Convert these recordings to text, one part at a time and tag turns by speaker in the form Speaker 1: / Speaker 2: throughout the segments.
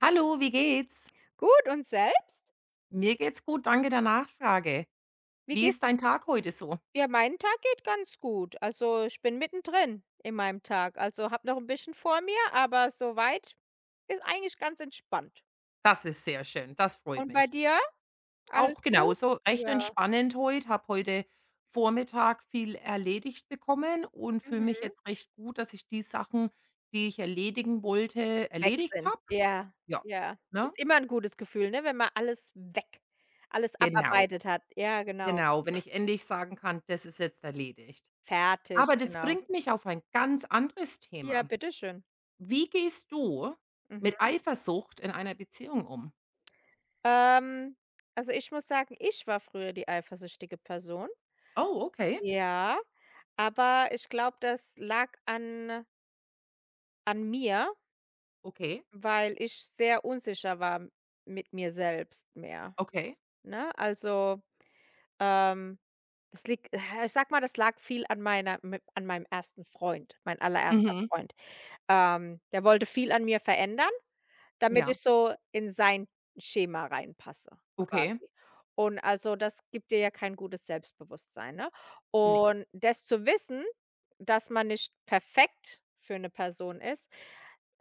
Speaker 1: Hallo, wie geht's?
Speaker 2: Gut und selbst?
Speaker 1: Mir geht's gut, danke der Nachfrage.
Speaker 2: Wie
Speaker 1: Wie
Speaker 2: gehst
Speaker 1: ist dein Tag heute so?
Speaker 2: Ja, mein Tag geht ganz gut. Also, ich bin mittendrin in meinem Tag. Also, habe noch ein bisschen vor mir, aber soweit ist eigentlich ganz entspannt.
Speaker 1: Das ist sehr schön, das freut
Speaker 2: Und bei
Speaker 1: mich.
Speaker 2: dir? Alles
Speaker 1: Auch
Speaker 2: gut?
Speaker 1: genauso recht
Speaker 2: Ja,
Speaker 1: entspannend heute, habe heute Vormittag viel erledigt bekommen und fühle mich
Speaker 2: mhm.
Speaker 1: jetzt recht gut, dass ich die Sachen, die ich erledigen wollte,
Speaker 2: Weg
Speaker 1: erledigt
Speaker 2: sind.
Speaker 1: habe.
Speaker 2: Ja,
Speaker 1: Ja,
Speaker 2: ja.
Speaker 1: ne?
Speaker 2: Ist immer ein gutes Gefühl, ne, wenn man alles weg alles
Speaker 1: Genau,
Speaker 2: abarbeitet hat. Ja, genau.
Speaker 1: genau, wenn ich endlich sagen kann, das ist jetzt erledigt.
Speaker 2: Fertig,
Speaker 1: Aber das
Speaker 2: genau.
Speaker 1: bringt mich auf ein ganz anderes
Speaker 2: Ja,
Speaker 1: Thema.
Speaker 2: bitte schön.
Speaker 1: Wie gehst du mit
Speaker 2: Mhm.
Speaker 1: Eifersucht in einer Beziehung um?
Speaker 2: Ähm, also, ich muss sagen, ich war früher die eifersüchtige Person.
Speaker 1: Oh, okay,
Speaker 2: Ja. Aber ich glaube, das lag an mir,
Speaker 1: okay,
Speaker 2: weil ich sehr unsicher war m mit mir selbst mehr,
Speaker 1: okay.
Speaker 2: ne? Also, ähm, das liegt ich sag mal, das lag viel an meiner m an meinem ersten Freund, mein allererster
Speaker 1: Mhm.
Speaker 2: Freund. Der wollte viel an mir verändern. Damit
Speaker 1: Ja,
Speaker 2: ich so in sein Schema reinpasse
Speaker 1: okay,
Speaker 2: quasi. Und also, das gibt dir ja kein gutes Selbstbewusstsein, ne?
Speaker 1: ne.
Speaker 2: Und das zu wissen, dass man nicht perfekt für 'ne Person ist,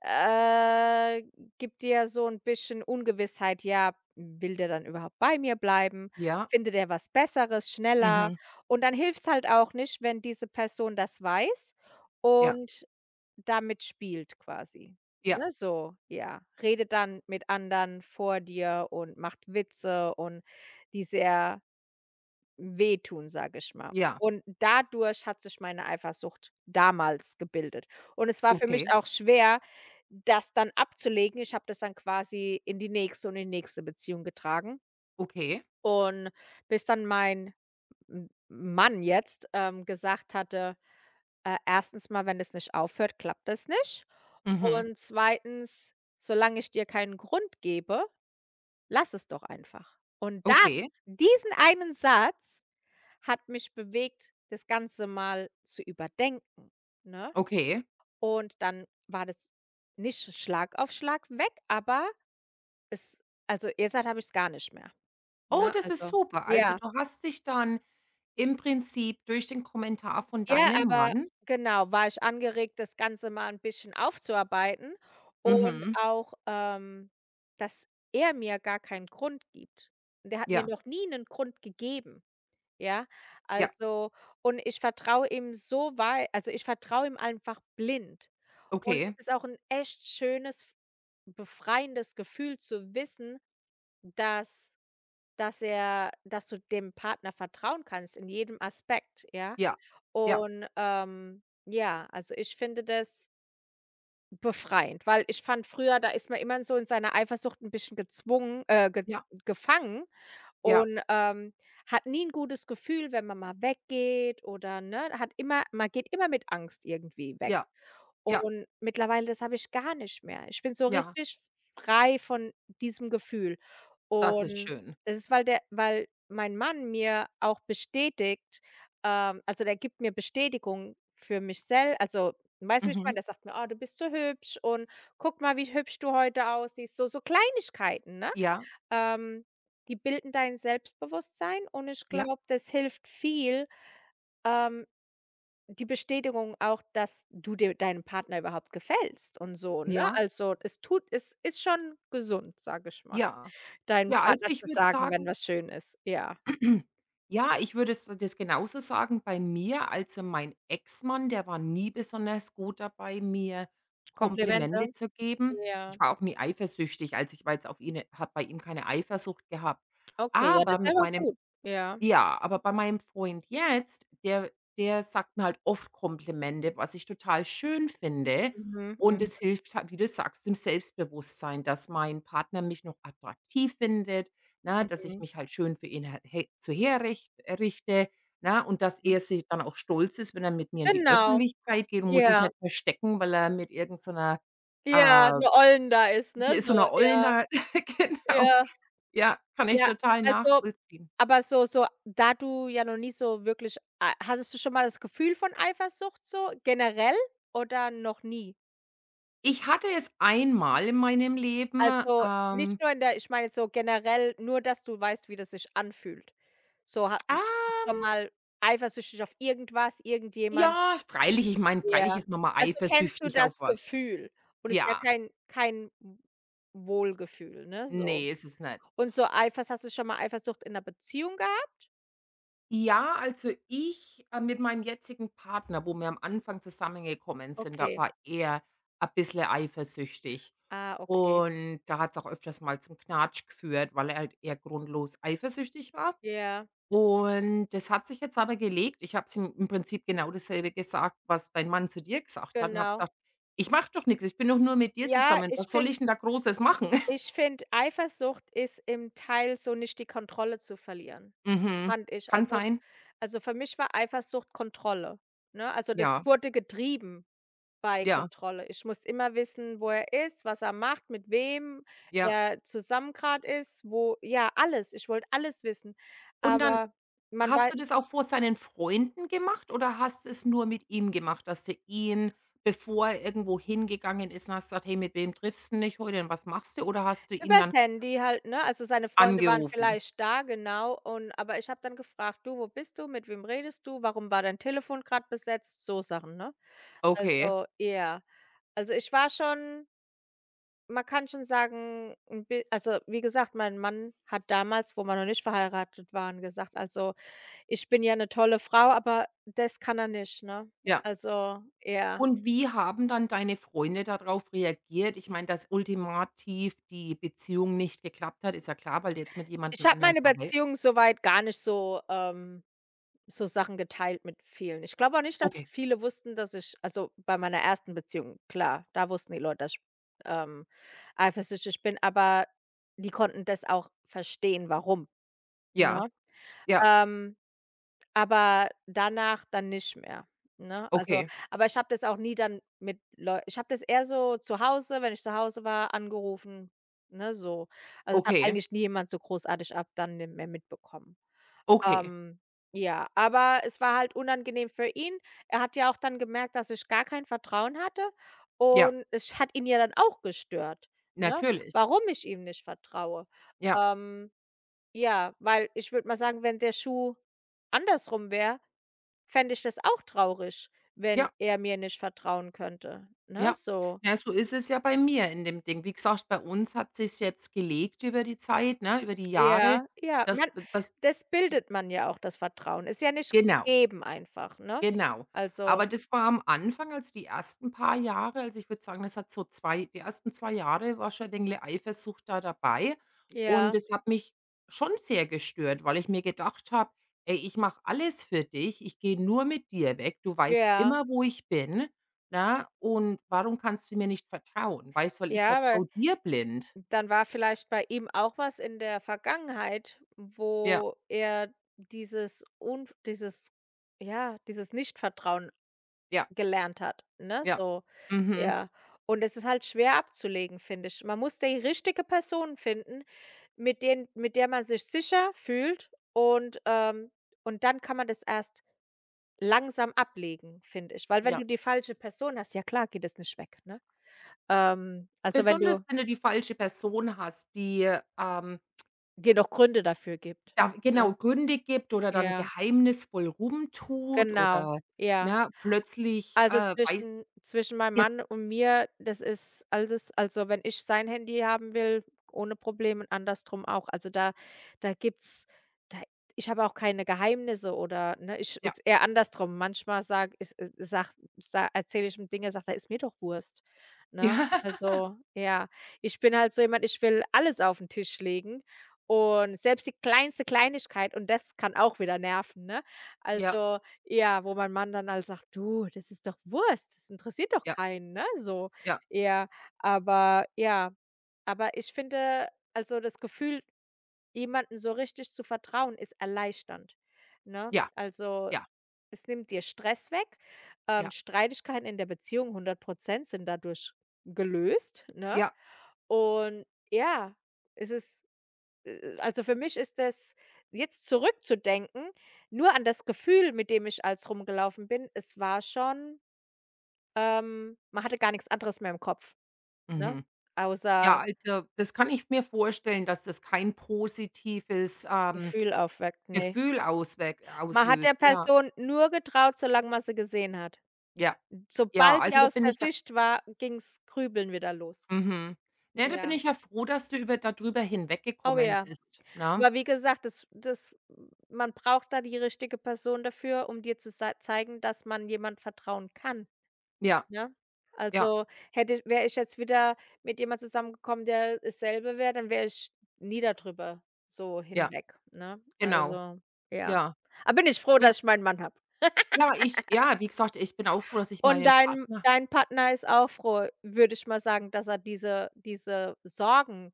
Speaker 2: äh, gibt dir so 'n bisschen Ungewissheit. Ja, will der dann überhaupt bei mir bleiben?
Speaker 1: Ja,
Speaker 2: Findet er was Besseres schneller?
Speaker 1: Mhm.
Speaker 2: Und dann hilft's halt auch nicht, wenn diese Person das weiß
Speaker 1: Ja,
Speaker 2: und damit spielt quasi,
Speaker 1: ja,
Speaker 2: ne, so, ja. Redet dann mit anderen vor dir und macht Witze und die sehr wehtun, sage ich mal.
Speaker 1: ja,
Speaker 2: Und dadurch hat sich meine Eifersucht damals gebildet. Und es war für mich
Speaker 1: okay,
Speaker 2: auch schwer, das dann abzulegen. Ich habe das dann quasi in die nächste und in die nächste Beziehung getragen.
Speaker 1: okay,
Speaker 2: Und bis dann mein M Mann jetzt, gesagt hatte 1. mal, wenn es nicht aufhört, klappt das nicht.
Speaker 1: Mhm.
Speaker 2: Und zweitens, solange ich dir keinen Grund gebe, lass es doch einfach. Und das
Speaker 1: Okay,
Speaker 2: diesen einen Satz hat mich bewegt, das Ganze mal zu überdenken, ne?
Speaker 1: okay.
Speaker 2: Und dann war das nicht Schlag auf Schlag weg, aber es also, jetzt halt habe ich es gar nicht mehr,
Speaker 1: Oh,
Speaker 2: ne?
Speaker 1: das ist
Speaker 2: Also,
Speaker 1: super. Also,
Speaker 2: ja.
Speaker 1: du hast dich dann im Prinzip durch den Kommentar von
Speaker 2: Ja,
Speaker 1: deinem
Speaker 2: aber
Speaker 1: Mann.
Speaker 2: genau, war ich angeregt, das Ganze mal ein bisschen aufzuarbeiten und
Speaker 1: Mhm.
Speaker 2: auch, dass er mir gar keinen Grund gibt. Der hat mir
Speaker 1: Ja,
Speaker 2: noch nie 'nen Grund gegeben, ja?
Speaker 1: ja,
Speaker 2: Also und ich vertraue ihm einfach blind. Und es
Speaker 1: okay.
Speaker 2: ist auch 'n echt schönes, befreiendes Gefühl zu wissen, dass dass er dass du dem Partner vertrauen kannst in jedem Aspekt, ja?
Speaker 1: Ja, ja,
Speaker 2: Und, ja, also ich finde das befreiend, weil ich fand früher, da ist man immer so in seiner Eifersucht ein bisschen gezwungen ge
Speaker 1: ja,
Speaker 2: gefangen
Speaker 1: ja,
Speaker 2: und, hat nie ein gutes Gefühl, wenn man mal weggeht oder, ne, hat immer man geht immer mit Angst irgendwie weg.
Speaker 1: ja, ja,
Speaker 2: Und mittlerweile, das habe ich gar nicht mehr. Ich bin so
Speaker 1: ja,
Speaker 2: richtig frei von diesem Gefühl.
Speaker 1: das ist
Speaker 2: Und
Speaker 1: schön.
Speaker 2: das ist, weil mein Mann mir auch bestätigt also, der gibt mir Bestätigung für mich sel also, weißt du, wie ich meine?
Speaker 1: Mhm.
Speaker 2: Der sagt mir: „Oh, du bist so hübsch und guck mal, wie hübsch du heute aussiehst." So Kleinigkeiten, ne?
Speaker 1: Ja,
Speaker 2: Ähm, Die bilden dein Selbstbewusstsein und ich
Speaker 1: ja,
Speaker 2: glaube, das hilft viel, ähm die Bestätigung auch, dass du dir deinem Partner überhaupt gefällst und so, ne?
Speaker 1: ja,
Speaker 2: Also, es ist schon gesund, sage ich mal,
Speaker 1: ja.
Speaker 2: deinem
Speaker 1: Ja, also,
Speaker 2: Partner
Speaker 1: ich
Speaker 2: zu
Speaker 1: würde
Speaker 2: sagen, wenn
Speaker 1: sagen
Speaker 2: was schön ist. Ja.
Speaker 1: Ja, ich würde es das genauso sagen bei mir. Also, mein Ex-Mann, der war nie besonders gut dabei, mir
Speaker 2: Komplimente?
Speaker 1: Komplimente zu geben.
Speaker 2: Ja.
Speaker 1: Ich war auch nie eifersüchtig, also, ich war jetzt auf ihn habe bei ihm keine Eifersucht gehabt.
Speaker 2: Okay, ja,
Speaker 1: Aber
Speaker 2: das ist
Speaker 1: mit
Speaker 2: aber
Speaker 1: meinem
Speaker 2: gut. Ja.
Speaker 1: ja, aber bei meinem Freund jetzt, der sagt mir halt oft Komplimente, was ich total schön finde.
Speaker 2: Mhm,
Speaker 1: Und
Speaker 2: mhm,
Speaker 1: es hilft halt, wie du sagst, dem Selbstbewusstsein, dass mein Partner mich noch attraktiv findet, na, dass ich
Speaker 2: mhm,
Speaker 1: mich halt schön für ihn her he so herricht richte, ne, und dass
Speaker 2: mhm.
Speaker 1: er sich dann auch stolz ist, wenn er mit mir in die
Speaker 2: Genau.
Speaker 1: Öffentlichkeit geht und muss sich
Speaker 2: Ja,
Speaker 1: nicht verstecken, weil er mit irgendeiner
Speaker 2: ja,
Speaker 1: äh
Speaker 2: 'ne Ollen da ist, ne?
Speaker 1: so
Speaker 2: So,
Speaker 1: 'ner Ollen
Speaker 2: ja,
Speaker 1: da genau.
Speaker 2: ja.
Speaker 1: Ja, kann ich
Speaker 2: Ja,
Speaker 1: total
Speaker 2: also,
Speaker 1: nachvollziehen.
Speaker 2: aber da du ja noch nie so wirklich ei hattest du schon mal das Gefühl von Eifersucht so generell oder noch nie?
Speaker 1: Ich hatte es einmal in meinem Leben,
Speaker 2: Also,
Speaker 1: ähm,
Speaker 2: nicht nur in der ich meine jetzt so generell nur, dass du weißt, wie das sich anfühlt. So ha schon
Speaker 1: ähm,
Speaker 2: mal eifersüchtig auf irgendwas, irgendjemand?
Speaker 1: ja, freilich, ich meine, freilich
Speaker 2: Ja.
Speaker 1: ist man mal
Speaker 2: Also, kennst du
Speaker 1: eifersüchtig
Speaker 2: das
Speaker 1: auf was.
Speaker 2: Gefühl und es ist ja
Speaker 1: Ja,
Speaker 2: kein Wohlgefühl, ne, so.
Speaker 1: ne, ist es nicht.
Speaker 2: Und so Eifers hast du schon mal Eifersucht in 'ner Beziehung gehabt?
Speaker 1: Ja, also mit meinem jetzigen Partner, wo wir am Anfang zusammengekommen sind, da
Speaker 2: Okay.
Speaker 1: war er ein bisschen eifersüchtig.
Speaker 2: Ah, okay.
Speaker 1: Und da hat es auch öfters mal zum Knatsch geführt, weil er halt eher grundlos eifersüchtig war.
Speaker 2: Ja,
Speaker 1: Und das hat sich jetzt aber gelegt. Ich habe ihm im Prinzip genau dasselbe gesagt, was dein Mann zu dir gesagt hat und habe
Speaker 2: genau.
Speaker 1: gesagt: „Ich mache doch nix, ich bin doch nur mit dir
Speaker 2: Ja,
Speaker 1: zusammen.
Speaker 2: ich
Speaker 1: Was soll
Speaker 2: finde
Speaker 1: ich 'n da Großes machen?"
Speaker 2: ich finde, Eifersucht ist im Teil so nicht die Kontrolle zu verlieren,
Speaker 1: Mhm.
Speaker 2: fand ich.
Speaker 1: Kann
Speaker 2: Also
Speaker 1: sein.
Speaker 2: also, für mich war Eifersucht Kontrolle, ne? Also, das
Speaker 1: Ja,
Speaker 2: wurde getrieben bei
Speaker 1: ja,
Speaker 2: Kontrolle. Ich muss immer wissen, wo er ist, was er macht, mit wem
Speaker 1: ja.
Speaker 2: er zusammen gerade ist, wo ja, alles. Ich wollte alles wissen,
Speaker 1: Und dann
Speaker 2: aber man
Speaker 1: hast
Speaker 2: war
Speaker 1: du das auch vor seinen Freunden gemacht oder hast es nur mit ihm gemacht, dass du ihn, bevor er irgendwo hingegangen ist und hast gesagt: „Hey, mit wem triffst 'n dich heute und was machst du?" Oder hast du ihn
Speaker 2: übers
Speaker 1: dann
Speaker 2: Handy halt, ne? Also, seine Freunde waren
Speaker 1: angerufen?
Speaker 2: vielleicht da, genau. Aber ich habe dann gefragt: „Du, wo bist du? Mit wem redest du? Warum war dein Telefon gerade besetzt?" So Sachen, ne?
Speaker 1: Okay,
Speaker 2: Also, ja. Also, ich war schon man kann schon sagen, wie gesagt, mein Mann hat damals, wo wir noch nicht verheiratet waren, gesagt: „Also, ich bin ja eine tolle Frau, aber das kann er nicht", ne?
Speaker 1: ja.
Speaker 2: Also, ja.
Speaker 1: Und wie haben dann deine Freunde darauf reagiert? Ich meine, dass ultimativ die Beziehung nicht geklappt hat, ist ja klar, weil du jetzt mit
Speaker 2: Ich
Speaker 1: jemandem
Speaker 2: habe
Speaker 1: anderen
Speaker 2: meine
Speaker 1: verhei
Speaker 2: Beziehung soweit gar nicht so Sachen geteilt mit vielen. Ich glaube auch nicht, dass
Speaker 1: Okay,
Speaker 2: viele wussten, bei meiner ersten Beziehung, klar, da wussten die Leute, dass ich, ähm, eifersüchtig bin, aber die konnten das auch verstehen, warum, ne?
Speaker 1: ja, ja,
Speaker 2: Ähm, aber danach dann nicht mehr, ne? Also,
Speaker 1: okay,
Speaker 2: aber ich habe das auch nie dann mit Leuten. Ich habe das eher so zu Hause, wenn ich zu Hause war, angerufen, ne, so. Also, es hat
Speaker 1: okay,
Speaker 2: eigentlich nie jemand so großartig ab dann, ne, mehr mitbekommen.
Speaker 1: okay,
Speaker 2: Ähm, ja, aber es war halt unangenehm für ihn. Er hat ja auch dann gemerkt, dass ich gar kein Vertrauen hatte
Speaker 1: ja,
Speaker 2: und es hat ihn ja dann auch gestört, ne,
Speaker 1: natürlich.
Speaker 2: warum ich ihm nicht vertraue.
Speaker 1: Ja,
Speaker 2: Ähm, ja, weil ich würde mal sagen, wenn der Schuh andersrum wäre, fände ich das auch traurig, wenn
Speaker 1: ja,
Speaker 2: er mir nicht vertrauen könnte, ne,
Speaker 1: ja.
Speaker 2: so.
Speaker 1: Na, so ist es ja bei mir in dem Ding. Wie gesagt, bei uns hat sich jetzt gelegt über die Zeit, ne, über die Jahre,
Speaker 2: Ja, ja,
Speaker 1: dass
Speaker 2: man
Speaker 1: dass
Speaker 2: das bildet man ja auch, das Vertrauen. Ist ja nicht
Speaker 1: genau.
Speaker 2: gegeben einfach, ne?
Speaker 1: Genau. Aber
Speaker 2: Also,
Speaker 1: das war am Anfang, also die ersten paar Jahre also, ich würde sagen, das hat so 2, die ersten 2 Jahre war schon 'n dingle Eifersucht da dabei und
Speaker 2: ja,
Speaker 1: es hat mich schon sehr gestört, weil ich mir gedacht habe: „Ey, ich mache alles für dich. Ich gehe nur mit dir weg. Du weißt
Speaker 2: ja.
Speaker 1: immer, wo ich bin, ne? Und warum kannst du mir nicht vertrauen?" Weißt, weil ich
Speaker 2: Ja, weil
Speaker 1: vertraue dir blind.
Speaker 2: dann war vielleicht bei ihm auch was in der Vergangenheit,
Speaker 1: Ja,
Speaker 2: wo er dieses un dieses ja, dieses Nichtvertrauen
Speaker 1: ja,
Speaker 2: gelernt hat, ne,
Speaker 1: ja.
Speaker 2: so.
Speaker 1: Mhm,
Speaker 2: Ja, und es ist halt schwer abzulegen, finde ich. Man muss die richtige Person finden, mit der man sich sicher fühlt und dann kann man das erst langsam ablegen, finde ich. Weil wenn
Speaker 1: ja.
Speaker 2: du die falsche Person hast, ja klar geht es nicht weg, ne? Also, wenn
Speaker 1: Besonders,
Speaker 2: du
Speaker 1: wenn du die falsche Person hast, die, ähm
Speaker 2: genug Gründe dafür gibt,
Speaker 1: Da genau,
Speaker 2: ne?
Speaker 1: Gründe gibt oder dann
Speaker 2: Ja,
Speaker 1: geheimnisvoll rumtut
Speaker 2: genau.
Speaker 1: oder,
Speaker 2: Ja.
Speaker 1: ne, plötzlich,
Speaker 2: Also,
Speaker 1: weiß
Speaker 2: zwischen meinem
Speaker 1: ihr
Speaker 2: Mann und mir, das ist alles also, wenn ich sein Handy haben will, ohne Probleme und andersrum auch. Also, da da gibt's da ich habe auch keine Geheimnisse oder, ne, ich
Speaker 1: ja.
Speaker 2: ist eher andersrum. Manchmal sag ich sage erzähle ich ihm Dinge, sagt er: „Ist mir doch Wurst", ne? Also, ja, ich bin halt so jemand, ich will alles auf den Tisch legen und selbst die kleinste Kleinigkeit und das kann auch wieder nerven, ne?
Speaker 1: Ja,
Speaker 2: Also, ja, wo mein Mann dann halt sagt: „Du, das ist doch Wurst, das interessiert doch
Speaker 1: ja,
Speaker 2: keinen", ne, so
Speaker 1: ja,
Speaker 2: eher. Aber ja, ich finde, also, das Gefühl, jemandem so richtig zu vertrauen, ist erleichternd, ne?
Speaker 1: ja,
Speaker 2: Also,
Speaker 1: ja,
Speaker 2: es nimmt dir Stress weg,
Speaker 1: ja,
Speaker 2: Streitigkeiten in der Beziehung 100% sind dadurch gelöst, ne?
Speaker 1: ja.
Speaker 2: Und ja, es ist also, für mich ist das jetzt zurückzudenken, nur an das Gefühl, mit dem ich als rumgelaufen bin, es war schon man hatte gar nichts anderes mehr im Kopf, ne?
Speaker 1: Mhm. Ja,
Speaker 2: Außer
Speaker 1: also, das kann ich mir vorstellen, dass das kein positives,
Speaker 2: Gefühl aufweckt, ne.
Speaker 1: Gefühl ausweg
Speaker 2: Man hat der
Speaker 1: auslöst. Ja,
Speaker 2: Person nur getraut, solange man sie gesehen hat.
Speaker 1: ja, ja,
Speaker 2: Sobald die
Speaker 1: also, da
Speaker 2: aus
Speaker 1: bin
Speaker 2: der
Speaker 1: ich ja
Speaker 2: Sicht war, ging's Grübeln wieder los.
Speaker 1: mhm. Ne, da bin
Speaker 2: Ja.
Speaker 1: ich ja froh, dass du über da drüber
Speaker 2: Oh
Speaker 1: hinweggekommen
Speaker 2: ja.
Speaker 1: bist, ne?
Speaker 2: Aber wie gesagt, das das man braucht da die richtige Person dafür, um dir zu sa zeigen, dass man jemand vertrauen kann.
Speaker 1: Ja,
Speaker 2: Ne?
Speaker 1: ja,
Speaker 2: Also, hätte wäre ich jetzt wieder mit jemand zusammengekommen, der dasselbe wäre, dann wäre ich nie darüber so
Speaker 1: ja,
Speaker 2: hinweg, ne?
Speaker 1: genau.
Speaker 2: Also, ja.
Speaker 1: Ja,
Speaker 2: Aber bin ich froh,
Speaker 1: ja.
Speaker 2: dass ich meinen Mann habe.
Speaker 1: Ja, ich ja, wie gesagt, ich bin auch froh, dass ich
Speaker 2: Und
Speaker 1: meinen
Speaker 2: dein
Speaker 1: Partner
Speaker 2: dein Partner ist auch froh, würde ich mal sagen, dass er diese Sorgen,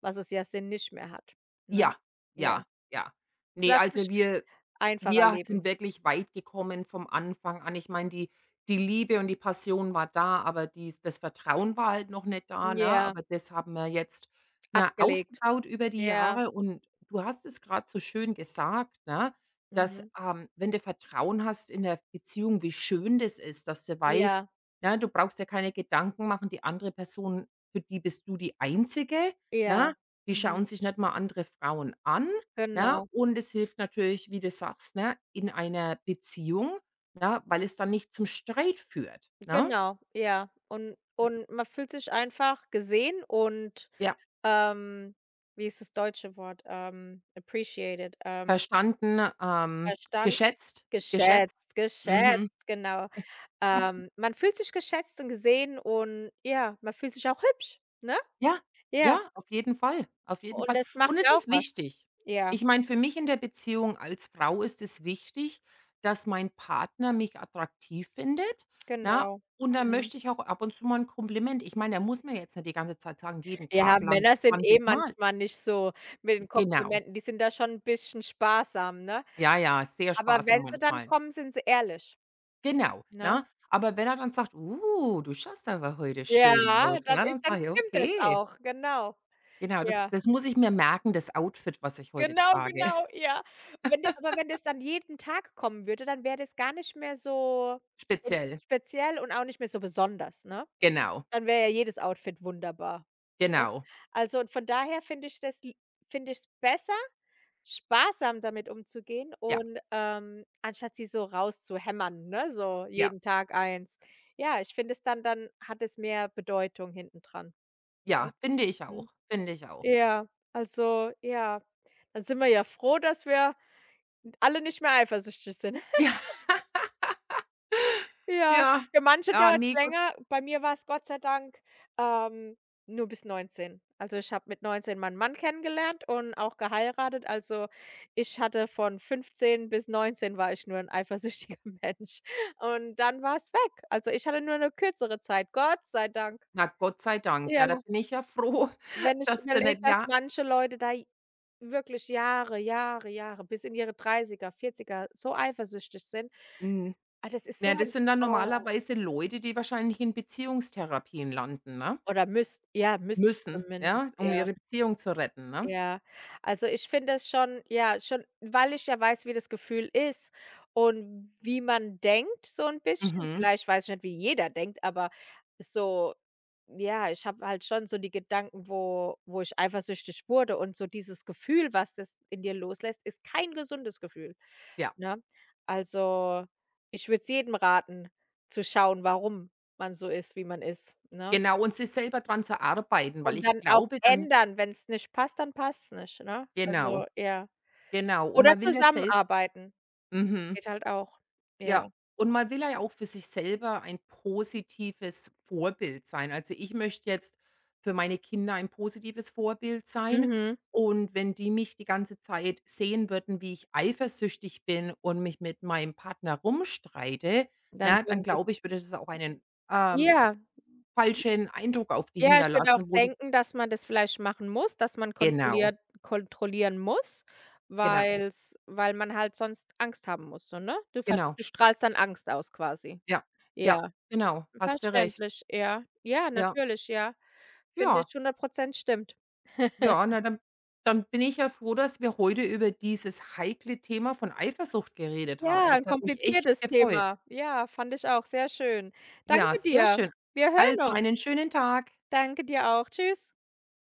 Speaker 2: was es ja sind, nicht mehr hat, ne?
Speaker 1: ja,
Speaker 2: Ja.
Speaker 1: ja, ja. Ne,
Speaker 2: Lass
Speaker 1: also
Speaker 2: mich
Speaker 1: wir
Speaker 2: einfacher
Speaker 1: Wir sind
Speaker 2: leben.
Speaker 1: wirklich weit gekommen vom Anfang an. Ich meine, die Liebe und die Passion war da, aber dies das Vertrauen war halt noch nicht da, ne?
Speaker 2: Ja,
Speaker 1: Aber das haben wir jetzt, na,
Speaker 2: abgelegt.
Speaker 1: aufgebaut über die
Speaker 2: Ja,
Speaker 1: Jahre und du hast es grad so schön gesagt, ne, dass,
Speaker 2: mhm.
Speaker 1: wenn du Vertrauen hast in der Beziehung, wie schön das ist, dass du weißt,
Speaker 2: Ja,
Speaker 1: ne, du brauchst dir keine Gedanken machen, die andere Person, für die bist du die Einzige,
Speaker 2: ja,
Speaker 1: ne? Die
Speaker 2: mhm.
Speaker 1: schauen sich nicht mal andere Frauen an. Ne?
Speaker 2: Genau.
Speaker 1: Und es hilft natürlich, wie du sagst, ne, in einer Beziehung, ne, weil es dann nicht zum Streit führt, ne?
Speaker 2: Genau, ja. Und man fühlt sich einfach gesehen und,
Speaker 1: Ja,
Speaker 2: ähm, wie ist das deutsche Wort? Appreciated,
Speaker 1: verstanden,
Speaker 2: verstanden,
Speaker 1: geschätzt, geschätzt.
Speaker 2: geschätzt,
Speaker 1: Mhm.
Speaker 2: geschätzt, genau. Man fühlt sich geschätzt und gesehen und ja, man fühlt sich auch hübsch, ne?
Speaker 1: Ja,
Speaker 2: Ja,
Speaker 1: ja, auf jeden Fall, auf jeden
Speaker 2: und
Speaker 1: Fall.
Speaker 2: das
Speaker 1: Und
Speaker 2: macht
Speaker 1: es
Speaker 2: ja auch
Speaker 1: ist
Speaker 2: was.
Speaker 1: wichtig.
Speaker 2: Ja,
Speaker 1: Ich meine, für mich in der Beziehung als Frau ist es wichtig, dass mein Partner mich attraktiv findet, ne?
Speaker 2: genau.
Speaker 1: Und dann
Speaker 2: Mhm.
Speaker 1: möchte ich auch ab und zu mal ein Kompliment. Ich meine, da muss man jetzt nicht die ganze Zeit sagen, jeden
Speaker 2: Ja,
Speaker 1: Tag lang
Speaker 2: Männer sind eh
Speaker 1: 20 Mal.
Speaker 2: manchmal nicht so mit den
Speaker 1: Genau.
Speaker 2: Komplimenten, die sind da schon ein bisschen sparsam, ne?
Speaker 1: Ja, ja, ist sehr
Speaker 2: Aber
Speaker 1: sparsam
Speaker 2: wenn sie dann
Speaker 1: manchmal.
Speaker 2: kommen, sind sie ehrlich.
Speaker 1: Genau,
Speaker 2: Ne?
Speaker 1: ne? Aber wenn er dann sagt: du schaust aber heute
Speaker 2: Ja,
Speaker 1: schön aus", ne? Dann
Speaker 2: dann
Speaker 1: sage ich:
Speaker 2: stimmt das
Speaker 1: „Okay."
Speaker 2: auch, genau.
Speaker 1: Genau, das
Speaker 2: Ja,
Speaker 1: das muss ich mir merken, das Outfit, was ich heute
Speaker 2: genau,
Speaker 1: trage.
Speaker 2: genau, ja. Wenn d aber wenn das dann jeden Tag kommen würde, dann wäre das gar nicht mehr so in
Speaker 1: Speziell.
Speaker 2: speziell und auch nicht mehr so besonders, ne?
Speaker 1: Genau,
Speaker 2: Dann wäre ja jedes Outfit wunderbar, ne?
Speaker 1: genau.
Speaker 2: Also, und von daher finde ich's besser, sparsam damit umzugehen
Speaker 1: Ja,
Speaker 2: und, anstatt sie so rauszuhämmern, ne, so
Speaker 1: ja,
Speaker 2: jeden Tag eins. Ja, ich finde es dann hat es mehr Bedeutung hintendran, ne?
Speaker 1: ja, finde ich
Speaker 2: Mhm.
Speaker 1: auch, finde ich auch.
Speaker 2: Ja, also, ja. Dann sind wir ja froh, dass wir alle nicht mehr eifersüchtig sind.
Speaker 1: Ja.
Speaker 2: Ja,
Speaker 1: Ja,
Speaker 2: für manche
Speaker 1: ja,
Speaker 2: dauert es
Speaker 1: ne, Gott s
Speaker 2: länger. Bei mir war es Gott sei Dank, ähm, nur bis 19. Also, ich habe mit 19 meinen Mann kennengelernt und auch geheiratet. Also, ich hatte von 15 bis 19 war ich nur ein eifersüchtiger Mensch und dann war es weg. Also, ich hatte nur eine kürzere Zeit, Gott sei Dank.
Speaker 1: na, Gott sei Dank, ne? Da
Speaker 2: Ja,
Speaker 1: bin ich ja froh,
Speaker 2: wenn ich
Speaker 1: dass da
Speaker 2: überlege,
Speaker 1: nicht
Speaker 2: dass
Speaker 1: ja,
Speaker 2: manche Leute da wirklich Jahre, Jahre, Jahre, bis in ihre Dreißiger Vierziger so eifersüchtig sind.
Speaker 1: hm,
Speaker 2: Ah, das ist so
Speaker 1: na,
Speaker 2: ein,
Speaker 1: das sind dann
Speaker 2: oh,
Speaker 1: normalerweise Leute, die wahrscheinlich in Beziehungstherapien landen, ne?
Speaker 2: oder müsst ja, müssten
Speaker 1: Müssen, ja,
Speaker 2: zumindest,
Speaker 1: um
Speaker 2: ja.
Speaker 1: ihre Beziehung zu retten, ne?
Speaker 2: Ja, also, ich finde es schon, ja, schon weil ich ja weiß, wie das Gefühl ist und wie man denkt so ein bisschen.
Speaker 1: Mhm,
Speaker 2: Vielleicht weiß ich nicht, wie jeder denkt, aber so, ja, ich habe halt schon so die Gedanken, wo ich eifersüchtig wurde und so dieses Gefühl, was das in dir loslässt, ist kein gesundes Gefühl,
Speaker 1: ja,
Speaker 2: ne? Also, ich würde es jedem raten, zu schauen, warum man so ist, wie man ist, ne?
Speaker 1: genau. Und sich selber dran zu arbeiten, weil
Speaker 2: Und
Speaker 1: ich
Speaker 2: dann auch
Speaker 1: glaube dann
Speaker 2: ändern, wenn's nicht passt, dann passt's nicht, ne?
Speaker 1: genau,
Speaker 2: Also, ja.
Speaker 1: genau. Und
Speaker 2: Oder
Speaker 1: man will ja selbst
Speaker 2: zusammenarbeiten,
Speaker 1: mhm.
Speaker 2: geht halt auch. Ja.
Speaker 1: Ja, und man will ja auch für sich selber ein positives Vorbild sein. Also, ich möchte jetzt für meine Kinder ein positives Vorbild sein.
Speaker 2: Mhm.
Speaker 1: Und wenn die mich die ganze Zeit sehen würden, wie ich eifersüchtig bin und mich mit meinem Partner rumstreite,
Speaker 2: Dann
Speaker 1: ne, dann
Speaker 2: würden sie's
Speaker 1: glaube ich, würde das auch einen, ähm,
Speaker 2: ja, j
Speaker 1: falschen Eindruck auf die
Speaker 2: ja, ich würde auch
Speaker 1: hinterlassen, wo die
Speaker 2: denken, dass man das vielleicht machen muss, dass man
Speaker 1: genau,
Speaker 2: kontrolliert kontrollieren muss,
Speaker 1: genau,
Speaker 2: weil man halt sonst Angst haben muss so, ne?
Speaker 1: genau.
Speaker 2: Du strahlst dann Angst aus quasi.
Speaker 1: Ja, ja,
Speaker 2: Ja,
Speaker 1: genau, hast du recht.
Speaker 2: verständlich, ja. Ja,
Speaker 1: Ja,
Speaker 2: natürlich, ja. Finde
Speaker 1: ja.
Speaker 2: ich 100% stimmt.
Speaker 1: Ja, na dann bin ich ja froh, dass wir heute über dieses heikle Thema von Eifersucht geredet haben.
Speaker 2: Ja, ein
Speaker 1: Das hat mich echt
Speaker 2: kompliziertes
Speaker 1: gefreut.
Speaker 2: Thema. Ja, fand ich auch sehr schön.
Speaker 1: Ja,
Speaker 2: Danke
Speaker 1: sehr
Speaker 2: dir.
Speaker 1: schön.
Speaker 2: Wir
Speaker 1: Also,
Speaker 2: hören uns.
Speaker 1: einen schönen Tag.
Speaker 2: Danke dir auch. Tschüss.